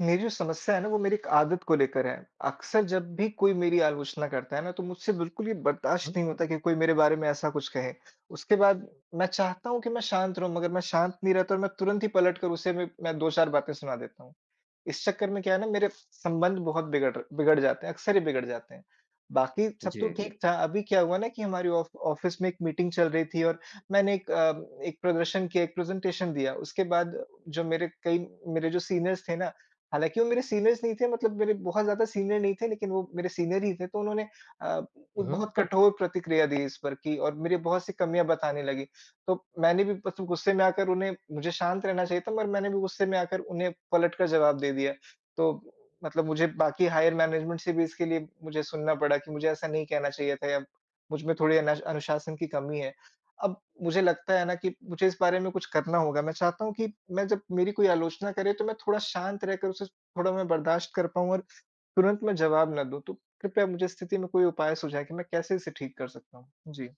मेरी जो समस्या है ना, वो मेरी एक आदत को लेकर है। अक्सर जब भी कोई मेरी आलोचना करता है ना, तो मुझसे बिल्कुल ये हुँ। बर्दाश्त नहीं होता कि कोई मेरे बारे में ऐसा कुछ कहे। उसके बाद मैं चाहता हूँ कि मैं शांत रहूँ, मगर मैं शांत नहीं रहता और मैं तुरंत ही पलट कर उसे मैं 2-4 बातें सुना देता हूँ। इस चक्कर में क्या है ना, मेरे संबंध बहुत बिगड़ जाते हैं, अक्सर ही बिगड़ जाते हैं। बाकी सब तो जी। ठीक था, अभी क्या हुआ ना कि हमारी ऑफ ऑफ़िस में एक मीटिंग चल रही थी, और मैंने एक प्रदर्शन किया, एक प्रेज़ेंटेशन दिया। उसके बाद जो मेरे कई मेरे जो सीनियर्स थे ना, हालाँकि वो मेरे सीनियर्स नहीं थे, मतलब मेरे बहुत ज़्यादा सीनियर नहीं थे, लेकिन वो मेरे सीनियर ही थे, तो उन्होंने अ, हुँ। बहुत कठोर प्रतिक्रिया दी इस पर, कि और मेरी बहुत सी कमियाँ बताने लगे। तो मैंने भी बस गुस्से में आकर उन्हें, मुझे शांत रहना चाहिए था मगर मैंने भी गुस्से में आकर उन्हें पलट कर जवाब दे दिया। तो मतलब मुझे बाकी हायर मैनेजमेंट से भी इसके लिए मुझे सुनना पड़ा कि मुझे ऐसा नहीं कहना चाहिए था, या मुझ में थोड़ी अनश अनुशासन की कमी है। अब मुझे लगता है ना कि मुझे इस बारे में कुछ करना होगा। मैं चाहता हूँ कि मैं, जब मेरी कोई आलोचना करे, तो मैं थोड़ा शांत रहकर उसे थोड़ा मैं बर्दाश्त कर पाऊँ और तुरंत मैं जवाब ना दूँ। तो कृपया मुझे इस स्थिति में कोई उपाय सुझाएँ कि मैं कैसे इसे ठीक कर सकता हूँ? जी।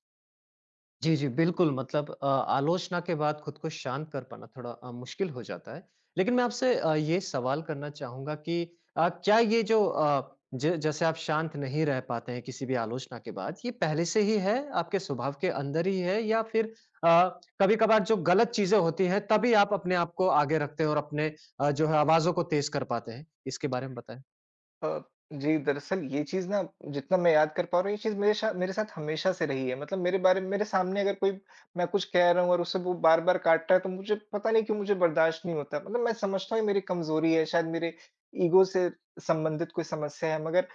जी, जी, बिल्कुल मतलब आलोचना के बाद खुद को शांत कर पाना थोड़ा मुश्किल हो जाता है। लेकिन मैं आपसे ये सवाल करना चाहूँगा कि क्या ये जो ज जैसे आप शांत नहीं रह पाते हैं किसी भी आलोचना के बाद, ये पहले से ही है, आपके स्वभाव के अंदर ही है या फिर अ, कभी-कभार जो गलत चीज़ें होती हैं, तभी आप अपने आप को आगे रखते हैं और अपने जो है आवाज़ों को तेज़ कर पाते हैं? इसके बारे में बताएँ। अ, जी, दरअसल ये चीज़ ना, जितना मैं याद कर पा रहा हूँ, ये चीज़ मेरे साथ हमेशा से रही है। मतलब मेरे बारे में, मेरे सामने, अगर कोई, मैं कुछ कह रहा हूँ और उसे वो बार-बार काट रहा है, तो मुझे पता नहीं क्यों, मुझे बर्दाश्त नहीं होता। मतलब मैं समझता हूँ ये मेरी कमज़ोरी है, शायद मेरे ईगो से संबंधित कोई समस्या है, मगर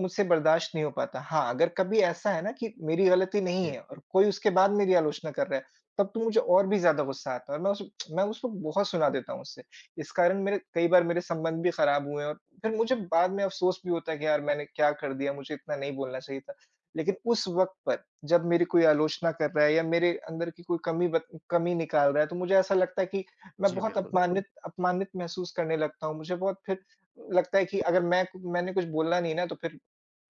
मुझसे बर्दाश्त नहीं हो पाता। हाँ, अगर कभी ऐसा है ना कि मेरी गलती नहीं जी। है, और कोई उसके बाद मेरी आलोचना कर रहा है, तब तो मुझे और भी ज़्यादा गुस्सा आता है, और मैं उसको बहुत सुना देता हूँ उससे। इस कारण मेरे कई बार मेरे संबंध भी खराब हुए हैं, और फिर मुझे बाद में अफ़सोस भी होता है कि यार मैंने क्या कर दिया, मुझे इतना नहीं बोलना चाहिए था। लेकिन उस वक़्त पर, जब मेरी कोई आलोचना कर रहा है या मेरे अंदर की कोई कमी निकाल रहा है, तो मुझे ऐसा लगता है कि मैं जी, बहुत बिल्कुल। अपमानित अपमानित महसूस करने लगता हूँ। मुझे बहुत फिर लगता है कि अगर मैंने कुछ बोलना नहीं, ना, तो फिर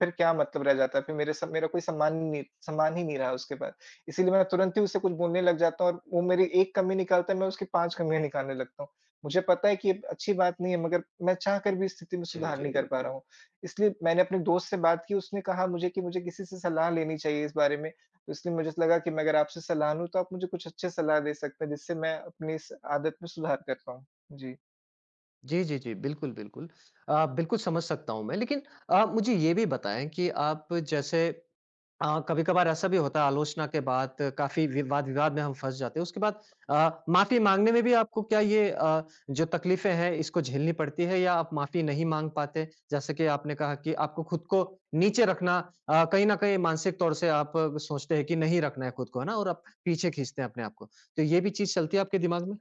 फिर क्या मतलब रह जाता है, फिर मेरे स मेरा कोई सम्मान ही नहीं रहा उसके बाद। इसीलिए मैं तुरंत ही उससे कुछ बोलने लग जाता हूँ, और वो मेरी 1 कमी निकालता है, मैं उसकी 5 कमियाँ निकालने लगता हूँ। मुझे पता है कि ये अच्छी बात नहीं है, मगर मैं चाहकर भी इस स्थिति में जी, सुधार जी, नहीं कर पा बिल्कुल। रहा हूँ। इसलिए मैंने अपने दोस्त से बात की, उसने कहा मुझे कि मुझे किसी से सलाह लेनी चाहिए इस बारे में। तो इसलिए मुझे लगा कि मैं अगर आपसे सलाह लूँ, तो आप मुझे कुछ अच्छे सलाह दे सकते हैं, जिससे मैं अपनी इस आदत में सुधार कर पाऊँ। जी। जी, जी, जी। बिल्कुल, बिल्कुल। बिल्कुल समझ सकता हूँ मैं। लेकिन मुझे ये भी बताएँ कि आप जैसे कभी-कभार ऐसा भी होता है आलोचना के बाद काफ़ी विवाद-विवाद में हम फँस जाते हैं। उसके बाद माफ़ी माँगने में भी आपको क्या ये जो तकलीफ़ें हैं इसको झेलनी पड़ती है या आप माफ़ी नहीं माँग पाते? जैसे कि आपने कहा कि आपको खुद को नीचे रखना कहीं न कहीं मानसिक तौर से आप सोचते हैं कि नहीं रखना है खुद को, है ना? और आप पीछे खींचते हैं अपने आप को। तो ये भी चीज़ चलती है आपके दिमाग में?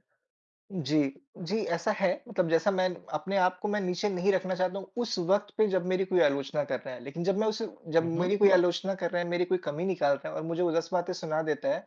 जी, जी ऐसा है, मतलब जैसा मैं, अपने आप को मैं नीचे नहीं रखना चाहता हूँ उस वक़्त पे जब मेरी कोई आलोचना कर रहा है। लेकिन जब मैं उसे जब हुँ, हुँ। मेरी कोई आलोचना कर रहा है, मेरी कोई कमी निकाल रहा है, और मुझे वो 10 बातें सुना देता है,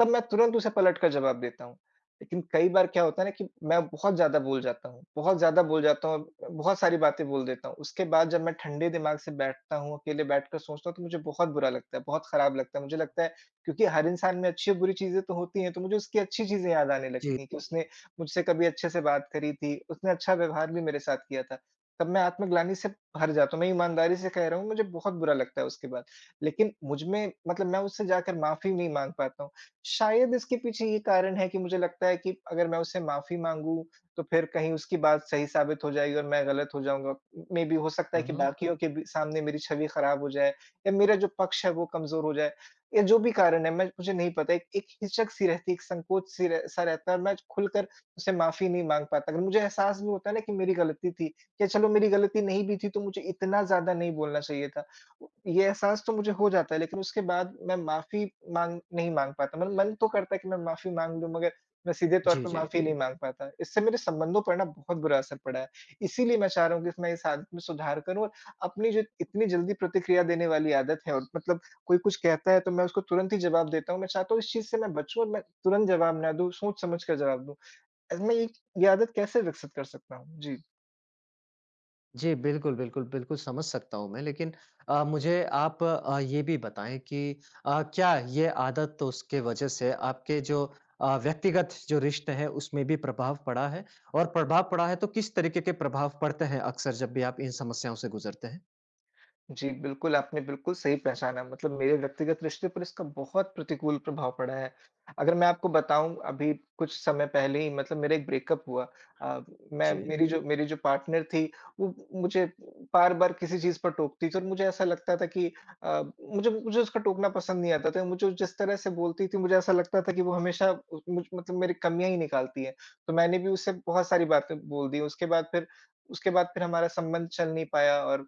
तब मैं तुरंत उसे पलट कर जवाब देता हूँ। लेकिन कई बार क्या होता है ना, कि मैं बहुत ज़्यादा बोल जाता हूँ, बहुत ज़्यादा बोल जाता हूँ, बहुत सारी बातें बोल देता हूँ। उसके बाद जब मैं ठंडे दिमाग से बैठता हूँ, अकेले बैठकर सोचता हूँ, तो मुझे बहुत बुरा लगता है, बहुत खराब लगता है। मुझे लगता है, क्योंकि हर इंसान में अच्छी और बुरी चीज़ें तो होती हैं, तो मुझे उसकी अच्छी चीज़ें याद आने जी। लगती हैं, कि उसने मुझसे कभी अच्छे से बात करी थी, उसने अच्छा व्यवहार भी मेरे साथ किया था। तब मैं आत्मग्लानि से भर जाता हूँ, मैं ईमानदारी से कह रहा हूँ, मुझे बहुत बुरा लगता है उसके बाद। लेकिन मुझ में, मतलब, मैं उससे जाकर माफ़ी नहीं माँग पाता हूँ। शायद इसके पीछे ये कारण है कि मुझे लगता है कि अगर मैं उससे माफ़ी माँगूँ, तो फिर कहीं उसकी बात सही साबित हो जाएगी, और मैं गलत हो जाऊँगा। मेबी, हो सकता है हुँ, कि हुँ। बाकियों के भी सामने मेरी छवि खराब हो जाए, या मेरा जो पक्ष है वो कमज़ोर हो जाए, या जो भी कारण है, मैं, मुझे नहीं पता। एक एक हिचक-सी रहती है, एक संकोच-सी रह सा रहता है, और मैं खुलकर उससे माफ़ी नहीं माँग पाता। अगर मुझे एहसास भी होता है ना कि मेरी गलती थी, या चलो मेरी गलती नहीं भी थी, तो मुझे इतना ज़्यादा नहीं बोलना चाहिए था, ये एहसास तो मुझे हो जाता है, लेकिन उसके बाद मैं माफ़ी माँग नहीं माँग पाता। मतलब मन तो करता है कि मैं माफ़ी माँग लूँ, मगर मैं सीधे तौर जी, पे जी। माफ़ी नहीं माँग पाता। इससे मेरे संबंधों पर ना बहुत बुरा असर पड़ा है। इसीलिए मैं चाह रहा हूँ कि मैं इस आदत में सुधार करूँ, और अपनी जो इतनी जल्दी प्रतिक्रिया देने वाली आदत है, और मतलब कोई कुछ कहता है, तो मैं उसको तुरंत ही जवाब देता हूँ। मैं चाहता हूँ इस चीज़ से मैं बचूँ, और मैं तुरंत जवाब ना दूँ, सोच समझ कर जवाब दूँ। मैं ये आदत कैसे विकसित कर सकता हूँ? जी। जी, बिल्कुल, बिल्कुल, बिल्कुल समझ सकता हूँ मैं लेकिन मुझे आप ये भी बताएँ कि क्या ये आदत तो उसके वजह से आपके जो व्यक्तिगत जो रिश्ते हैं उसमें भी प्रभाव पड़ा है? और प्रभाव पड़ा है तो किस तरीके के प्रभाव पड़ते हैं अक्सर जब भी आप इन समस्याओं से गुज़रते हैं? जी, बिल्कुल, आपने बिल्कुल सही पहचाना, मतलब मेरे व्यक्तिगत रिश्ते पर इसका बहुत प्रतिकूल प्रभाव पड़ा है। अगर मैं आपको बताऊँ, अभी कुछ समय पहले ही, मतलब, मेरा एक ब्रेकअप हुआ। अ, मैं जी। मेरी जो पार्टनर थी, वो मुझे बार-बार किसी चीज़ पर टोकती थी, और मुझे ऐसा लगता था कि मुझे मुझे उसका टोकना पसंद नहीं आता था। मुझे जिस तरह से बोलती थी, मुझे ऐसा लगता था कि वो हमेशा उ मुझ मतलब मेरी कमियाँ ही निकालती है। तो मैंने भी उससे बहुत सारी बातें बोल दी। उसके बाद फिर हमारा संबंध चल नहीं पाया, और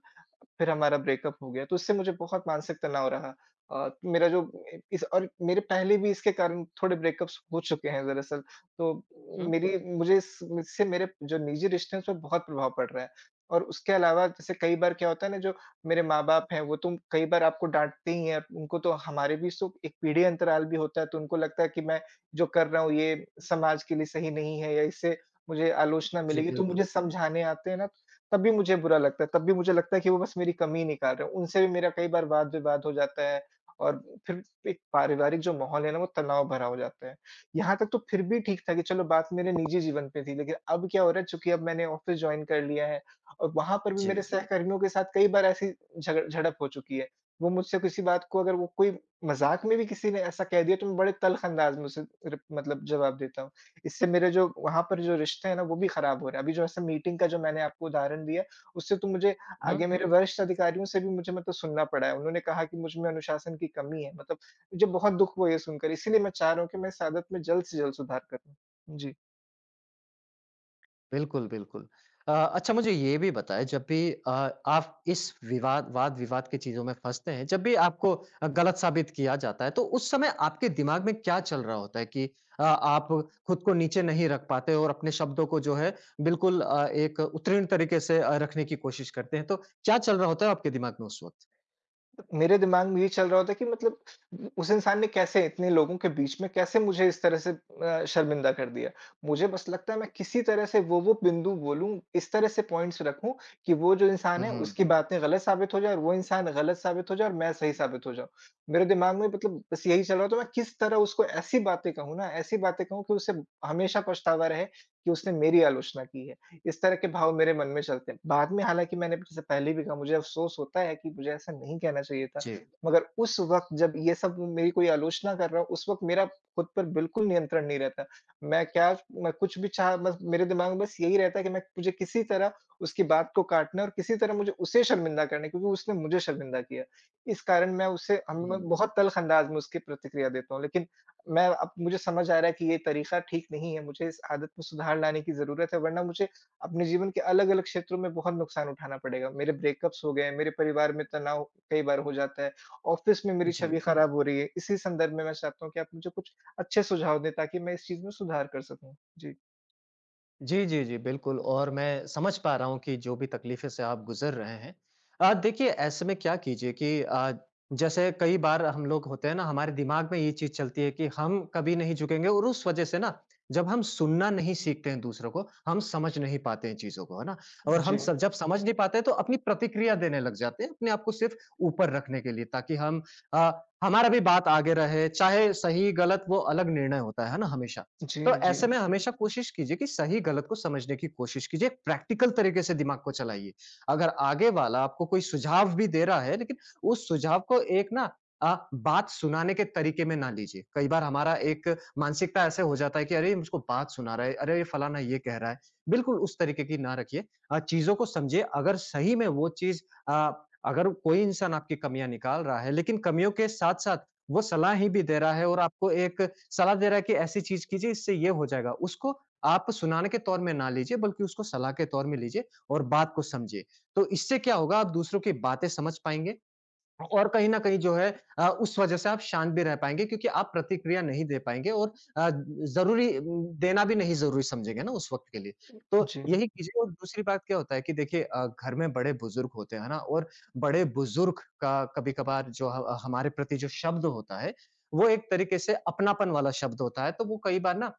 फिर हमारा ब्रेकअप हो गया, तो उससे मुझे बहुत मानसिक तनाव रहा। अ, मेरा जो इ इस, और मेरे पहले भी इसके कारण थोड़े ब्रेकअप्स हो चुके हैं दरअसल, तो हुँ। मेरी मुझे इस इससे मेरे जो निजी रिश्ते हैं, उसमें बहुत प्रभाव पड़ रहा है। और उसके अलावा, जैसे कई बार क्या होता है ना, जो मेरे माँ-बाप हैं, वो तो कई बार आपको डाँटते ही हैं, उनको तो हमारे बीच तो एक पीढ़ी अंतराल भी होता है, तो उनको लगता है कि मैं जो कर रहा हूँ, ये समाज के लिए सही नहीं है, या इससे मुझे आलोचना जी, मिलेगी, तो मुझे बिल्कुल। समझाने आते हैं ना, तब भी मुझे बुरा लगता है, तब भी मुझे लगता है कि वो बस मेरी कमी निकाल रहे हैं। उनसे भी मेरा कई बार वाद-विवाद हो जाता है, और फिर एक पारिवारिक जो माहौल है ना, वो तनाव भरा हो जाता है। यहाँ तक तो फिर भी ठीक था कि चलो, बात मेरे निजी जीवन पे थी, लेकिन अब क्या हो रहा है, चूँकि अब मैंने ऑफ़िस जॉइन कर लिया है, और वहाँ पर भी मेरे जी। सहकर्मियों के साथ कई बार ऐसी झग झड़प हो चुकी है। वो मुझसे किसी बात को अगर वो कोई मज़ाक में भी किसी ने ऐसा कह दिया, तो मैं बड़े तल्ख़ अंदाज़ में उसे रिप मतलब जवाब देता हूँ। इससे मेरे जो वहाँ पर जो रिश्ते हैं ना, वो भी खराब हो रहे हैं। अभी जो ऐसे मीटिंग का जो मैंने आपको उदाहरण दिया, उससे तो मुझे आगे, मेरे वरिष्ठ अधिकारियों से भी मुझे मतलब सुनना पड़ा है। उन्होंने कहा कि मुझ में अनुशासन की कमी है। मतलब मुझे बहुत दुःख हुआ ये सुनकर, इसीलिए मैं चाह रहा हूँ कि मैं इस आदत में जल्द से जल्द सुधार करूँ। जी। बिल्कुल, बिल्कुल। अच्छा मुझे ये भी बताएँ जब भी आप इस विवाद वाद-विवाद की चीज़ों में फँसते हैं, जब भी आपको गलत साबित किया जाता है, तो उस समय आपके दिमाग में क्या चल रहा होता है कि आप खुद को नीचे नहीं रख पाते और अपने शब्दों को जो है बिल्कुल एक उत्तीर्ण तरीके से रखने की कोशिश करते हैं, तो क्या चल रहा होता है आपके दिमाग में उस वक़्त? मेरे दिमाग में ये चल रहा होता है कि मतलब उ उस इंसान ने कैसे, इतने लोगों के बीच में कैसे मुझे इस तरह से शर्मिंदा कर दिया। मुझे बस लगता है, मैं किसी तरह से वो-वो बिंदु बोलूँ, इस तरह से पॉइंट्स रखूँ, कि वो जो इंसान है हुँ, उसकी बातें गलत साबित हो जाए, और वो इंसान गलत साबित हो जाए, और मैं सही साबित हो जाऊँ। मेरे दिमाग में मतलब बस यही चल रहा होता है, मैं किस तरह उसको ऐसी बातें कहूँ ना, ऐसी बातें कहूँ कि उसे हमेशा पछतावा रहे कि उसने मेरी आलोचना की है। इस तरह के भाव मेरे मन में चलते हैं। बाद में, हालाँकि, मैंने जैसे पहले भी कहा, मुझे अफ़सोस होता है कि मुझे ऐसा नहीं कहना चाहिए था। जी। मगर उस वक़्त, जब ये सब मेरी कोई आलोचना कर रहा हो, उस वक़्त मेरा खुद पर बिल्कुल नियंत्रण नहीं रहता। मैं क्या मैं कुछ भी चाह बस मेरे दिमाग में बस यही रहता है कि मैं, मुझे किसी तरह उसकी बात को काटना है, और किसी तरह मुझे उसे शर्मिंदा करना है, क्योंकि उसने मुझे शर्मिंदा किया। इस कारण मैं उसे हम मैं हुँ, बहुत तल्ख़ अंदाज़ में उसकी प्रतिक्रिया देता हूँ। लेकिन मैं अब मुझे समझ आ रहा है कि ये तरीक़ा ठीक नहीं है, मुझे इस आदत में सुधार लाने की ज़रूरत है, वरना मुझे अपने जीवन के अलग-अलग क्षेत्रों में बहुत नुकसान उठाना पड़ेगा। मेरे ब्रेकअप्स हो गए हैं, मेरे परिवार में तनाव कई बार हो जाता है, ऑफ़िस में मेरी जी। छवि, जी, खराब हो रही है। इसी संदर्भ में मैं चाहता हूँ कि आप मुझे कुछ अच्छे सुझाव दें, ताकि मैं इस चीज़ में सुधार कर सकूँ। जी। जी, जी, जी, बिल्कुल और मैं समझ पा रहा हूँ कि जो भी तकलीफ़ें से आप गुज़र रहे हैं। देखिए ऐसे में क्या कीजिए कि जैसे कई बार हम लोग होते हैं ना, हमारे दिमाग में ये चीज़ चलती है कि हम कभी नहीं झुकेंगे और उस वज़ह से ना, जब हम सुनना नहीं सीखते हैं दूसरों को, हम समझ नहीं पाते हैं चीज़ों को, है ना? और जी। हम स जब समझ नहीं पाते हैं तो अपनी प्रतिक्रिया देने लग जाते हैं, अपने आप को सिर्फ़ ऊपर रखने के लिए ताकि हम अ, हमारा भी बात आगे रहे, चाहे सही-गलत वो अलग निर्णय होता है ना हमेशा? जी, तो जी। ऐसे में हमेशा कोशिश कीजिए कि सही-गलत को समझने की कोशिश कीजिए, प्रैक्टिकल तरीके से दिमाग को चलाइए। अगर आगे वाला आपको कोई सुझाव भी दे रहा है, लेकिन उस सुझाव को एक ना बात सुनाने के तरीके में ना लीजिए। कई बार हमारा एक मानसिकता ऐसे हो जाता है कि अरे! ये मुझको बात सुना रहा है, अरे! ये फलाना ये कह रहा है। बिल्कुल उस तरीके की ना रखिए। चीज़ों को समझिए, अगर सही में वो चीज़ अ, अगर कोई इंसान आपकी कमियाँ निकाल रहा है, लेकिन कमियों के साथ-साथ वो सलाह ही भी दे रहा है और आपको एक सलाह दे रहा है कि ऐसी चीज़ कीजिए इससे ये हो जाएगा। उसको आप सुनाने के तौर में ना लीजिए बल्कि उसको सलाह के तौर में लीजिए और बात को समझिए। तो इससे क्या होगा आप दूसरों की बातें समझ पाएँगे और कहीं न कहीं जो है उस वज़ह से आप शांत भी रह पाएँगे क्योंकि आप प्रतिक्रिया नहीं दे पाएँगे और ज़रूरी देना भी नहीं ज़रूरी समझेंगे ना उस वक़्त के लिए। तो जी। यही कीजिए और दूसरी बात क्या होता है कि देखिए घर में बड़े-बुज़ुर्ग होते हैं, है ना? और बड़े-बुज़ुर्ग का कभी-कभार जो ह हमारे प्रति जो शब्द होता है, वो एक तरीके से अपनापन वाला शब्द होता है, तो वो कई बार ना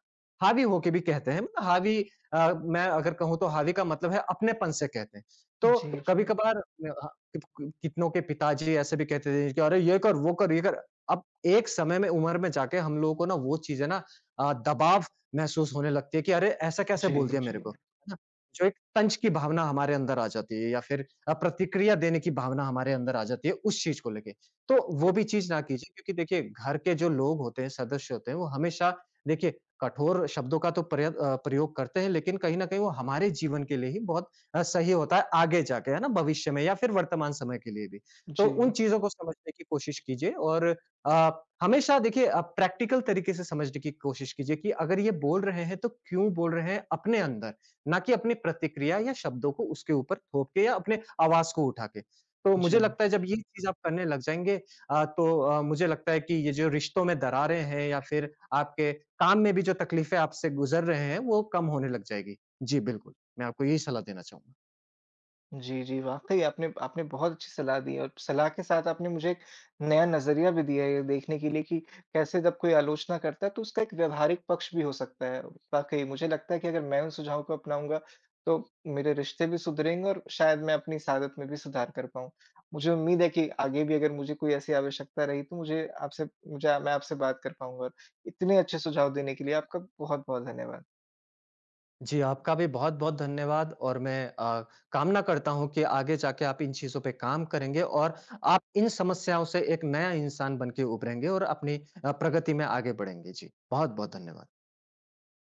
हावी होके भी कहते हैं। मतलब हावी मैं अगर कहूँ तो हावी का मतलब है अपनेपन से कहते हैं। तो जी, जी। कभी-कभार कित कितनों के पिताजी ऐसे भी कहते थे कि, "अरे! ये कर, वो कर, ये कर।" अब एक समय में, उम्र में जाके हम लोगों को ना वो चीज़ें ना दबाव महसूस होने लगती है कि अरे! ऐसा कैसे जी, बोल दिया जी। मेरे को, है ना? जो एक तंज की भावना हमारे अंदर आ जाती है या फिर प्रतिक्रिया देने की भावना हमारे अंदर आ जाती है उस चीज़ को लेके। तो जी। वो भी चीज़ ना कीजिए क्योंकि देखिए घर के जो लोग होते हैं, सदस्य होते हैं, वो हमेशा देखिए कठोर शब्दों का तो प्रय प्रयोग करते हैं लेकिन कहीं न कहीं वो हमारे जीवन के लिए ही बहुत सही होता है आगे जाके, है ना? भविष्य में या फिर वर्तमान समय के लिए भी। तो जी। उन चीज़ों को समझने की कोशिश कीजिए और अ, हमेशा देखिए प्रैक्टिकल तरीके से समझने की कोशिश कीजिए कि अगर ये बोल रहे हैं, तो क्यों बोल रहे हैं अपने अंदर, ना कि अपनी प्रतिक्रिया या शब्दों को उसके ऊपर थोप के या अपने आवाज़ को उठा के। तो जी, मुझे लगता है जब ये चीज़ आप करने लग जाएँगे तो मुझे लगता है कि ये जो रिश्तों में दरारें हैं या फिर आपके काम में भी जो तकलीफ़ें आपसे गुज़र रहे हैं, वो कम होने लग जाएगी। जी, बिल्कुल। मैं आपको यही सलाह देना चाहूँगा। जी, जी, वाक़ई आपने आपने बहुत अच्छी सलाह दी है, और सलाह के साथ आपने मुझे एक नया नज़रिया भी दिया है, ये देखने के लिए कि कैसे, जब कोई आलोचना करता है, तो उसका एक व्यावहारिक पक्ष भी हो सकता है। वाक़ई मुझे लगता है कि अगर मैं उन सुझावों को अपनाऊँगा, तो मेरे रिश्ते भी सुधरेंगे, और शायद मैं अपनी इस आदत में भी सुधार कर पाऊँ। मुझे उम्मीद है कि आगे भी, अगर मुझे कोई ऐसी आवश्यकता रही, तो मुझे आपसे मुझे मैं आपसे बात कर पाऊँगा। इतने अच्छे सुझाव देने के लिए आपका बहुत-बहुत धन्यवाद। जी, आपका भी बहुत-बहुत धन्यवाद और मैं कामना करता हूँ कि आगे जाके आप इन चीज़ों पे काम करेंगे और आप इन समस्याओं से एक नया इंसान बन के उभरेंगे और अपनी प्रगति में आगे बढ़ेंगे। जी, बहुत-बहुत धन्यवाद।